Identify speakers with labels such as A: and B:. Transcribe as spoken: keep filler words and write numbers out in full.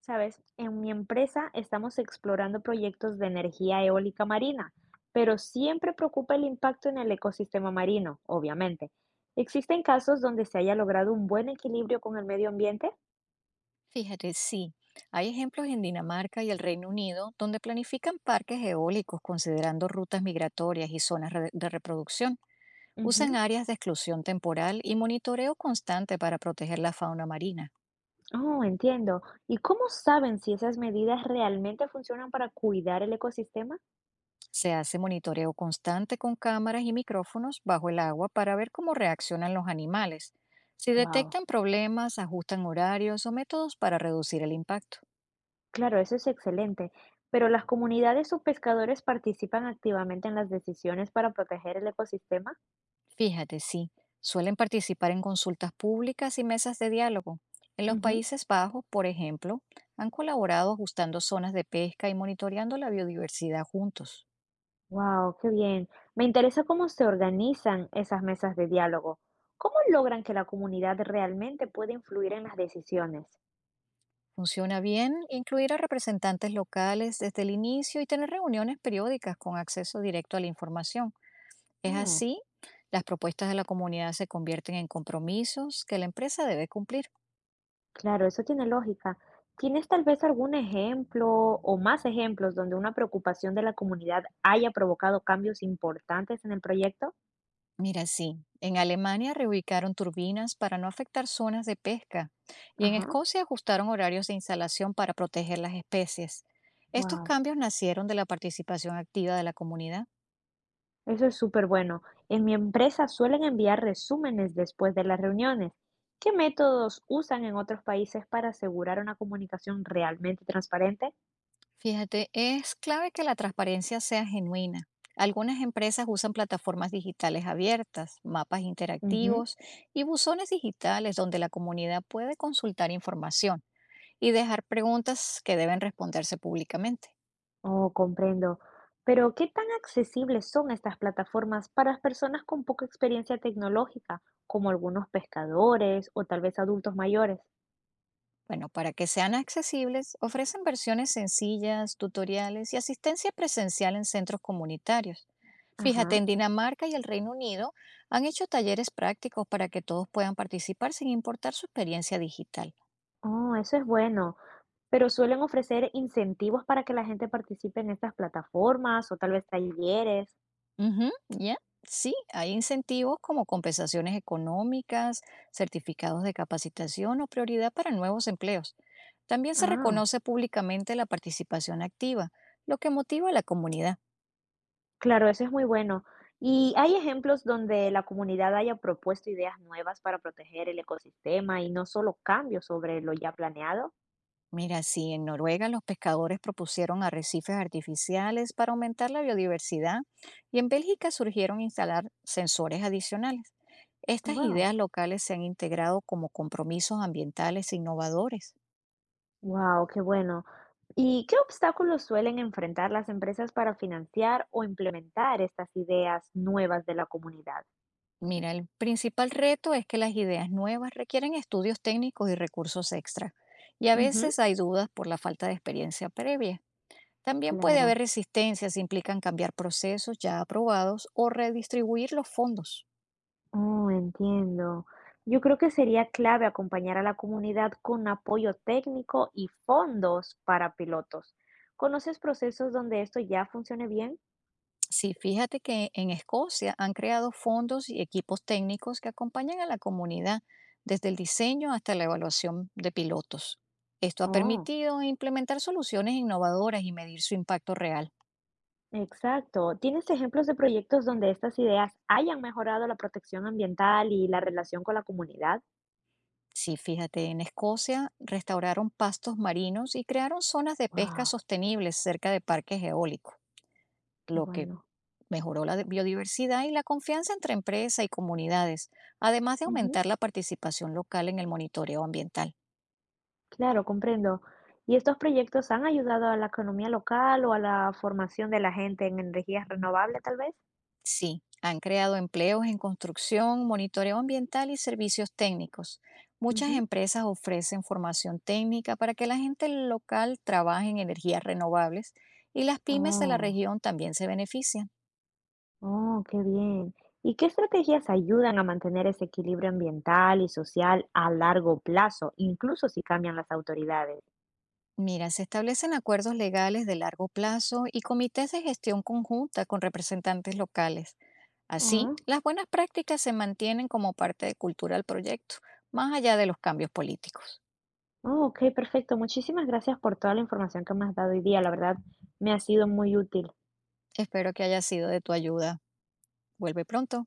A: Sabes, en mi empresa estamos explorando proyectos de energía eólica marina, pero siempre preocupa el impacto en el ecosistema marino, obviamente. ¿Existen casos donde se haya logrado un buen equilibrio con el medio ambiente?
B: Fíjate, sí. Hay ejemplos en Dinamarca y el Reino Unido donde planifican parques eólicos considerando rutas migratorias y zonas re- de reproducción. Usan
A: Ujú.
B: áreas de exclusión temporal y monitoreo constante para proteger la fauna marina.
A: Oh, entiendo. ¿Y cómo saben si esas medidas realmente funcionan para cuidar el ecosistema?
B: Se hace monitoreo constante con cámaras y micrófonos bajo el agua para ver cómo reaccionan los animales. Si
A: Wow,
B: detectan problemas, ajustan horarios o métodos para reducir el impacto.
A: claro, eso es excelente. Pero las comunidades o pescadores participan activamente en las decisiones para proteger el ecosistema.
B: Fíjate, sí, suelen participar en consultas públicas y mesas de diálogo. En los
A: Ujú.
B: Países Bajos, por ejemplo, han colaborado ajustando zonas de pesca y monitoreando la biodiversidad juntos.
A: Wow, qué bien. Me interesa cómo se organizan esas mesas de diálogo. ¿Cómo logran que la comunidad realmente pueda influir en las decisiones?
B: Funciona bien incluir a representantes locales desde el inicio y tener reuniones periódicas con acceso directo a la información. Es
A: Mm,
B: así, las propuestas de la comunidad se convierten en compromisos que la empresa debe cumplir.
A: claro, eso tiene lógica. ¿Tienes tal vez algún ejemplo o más ejemplos donde una preocupación de la comunidad haya provocado cambios importantes en el proyecto?
B: Mira, sí, en Alemania reubicaron turbinas para no afectar zonas de pesca y en
A: Ajá,
B: Escocia ajustaron horarios de instalación para proteger las especies. Estos
A: wow.
B: cambios nacieron de la participación activa de la comunidad.
A: Eso es súper bueno. En mi empresa suelen enviar resúmenes después de las reuniones. ¿Qué métodos usan en otros países para asegurar una comunicación realmente transparente?
B: Fíjate, es clave que la transparencia sea genuina. Algunas empresas usan plataformas digitales abiertas, mapas
A: Ujú.
B: interactivos y buzones digitales donde la comunidad puede consultar información y dejar preguntas que deben responderse públicamente.
A: Oh, comprendo. Pero, ¿qué tan accesibles son estas plataformas para las personas con poca experiencia tecnológica, como algunos pescadores o tal vez adultos mayores?
B: Bueno, para que sean accesibles, ofrecen versiones sencillas, tutoriales y asistencia presencial en centros comunitarios. Fíjate,
A: Ajá.
B: en Dinamarca y el Reino Unido han hecho talleres prácticos para que todos puedan participar sin importar su experiencia digital.
A: Oh, eso es bueno. Pero suelen ofrecer incentivos para que la gente participe en estas plataformas o tal vez talleres.
B: Ujú, ¿ya? Sí, hay incentivos como compensaciones económicas, certificados de capacitación o prioridad para nuevos empleos. También se
A: Ah.
B: reconoce públicamente la participación activa, lo que motiva a la comunidad.
A: Claro, eso es muy bueno. ¿Y hay ejemplos donde la comunidad haya propuesto ideas nuevas para proteger el ecosistema y no solo cambios sobre lo ya planeado?
B: Mira, sí, en Noruega los pescadores propusieron arrecifes artificiales para aumentar la biodiversidad y en Bélgica surgieron instalar sensores adicionales. Estas
A: Wow,
B: ideas locales se han integrado como compromisos ambientales e innovadores.
A: wow, qué bueno. ¿Y qué obstáculos suelen enfrentar las empresas para financiar o implementar estas ideas nuevas de la comunidad?
B: Mira, el principal reto es que las ideas nuevas requieren estudios técnicos y recursos extra, y a
A: Ujú,
B: veces hay dudas por la falta de experiencia previa. También puede haber
A: claro.
B: resistencias si implican cambiar procesos ya aprobados o redistribuir los fondos.
A: Oh, entiendo. Yo creo que sería clave acompañar a la comunidad con apoyo técnico y fondos para pilotos. ¿Conoces procesos donde esto ya funcione bien?
B: Sí, fíjate que en Escocia han creado fondos y equipos técnicos que acompañan a la comunidad desde el diseño hasta la evaluación de pilotos. Esto ha
A: Oh,
B: permitido implementar soluciones innovadoras y medir su impacto real.
A: exacto. ¿Tienes ejemplos de proyectos donde estas ideas hayan mejorado la protección ambiental y la relación con la comunidad?
B: Sí, fíjate, en Escocia restauraron pastos marinos y crearon zonas de pesca
A: Wow,
B: sostenibles cerca de parques eólicos,
A: qué
B: lo que
A: bueno.
B: mejoró la de- biodiversidad y la confianza entre empresa y comunidades, además de
A: Ujú,
B: aumentar la participación local en el monitoreo ambiental.
A: claro, comprendo. ¿Y estos proyectos han ayudado a la economía local o a la formación de la gente en energías renovables, tal vez?
B: Sí, han creado empleos en construcción, monitoreo ambiental y servicios técnicos. Muchas
A: Ujú.
B: empresas ofrecen formación técnica para que la gente local trabaje en energías renovables y las pymes de la
A: Oh.
B: región también se benefician.
A: Oh, qué bien. ¿Y qué estrategias ayudan a mantener ese equilibrio ambiental y social a largo plazo, incluso si cambian las autoridades?
B: Mira, se establecen acuerdos legales de largo plazo y comités de gestión conjunta con representantes locales. Así,
A: Ah,
B: las buenas prácticas se mantienen como parte de cultura del proyecto, más allá de los cambios políticos.
A: oh, ok, perfecto. Muchísimas gracias por toda la información que me has dado hoy día. La verdad, me ha sido muy útil.
B: Espero que haya sido de tu ayuda. Vuelve pronto.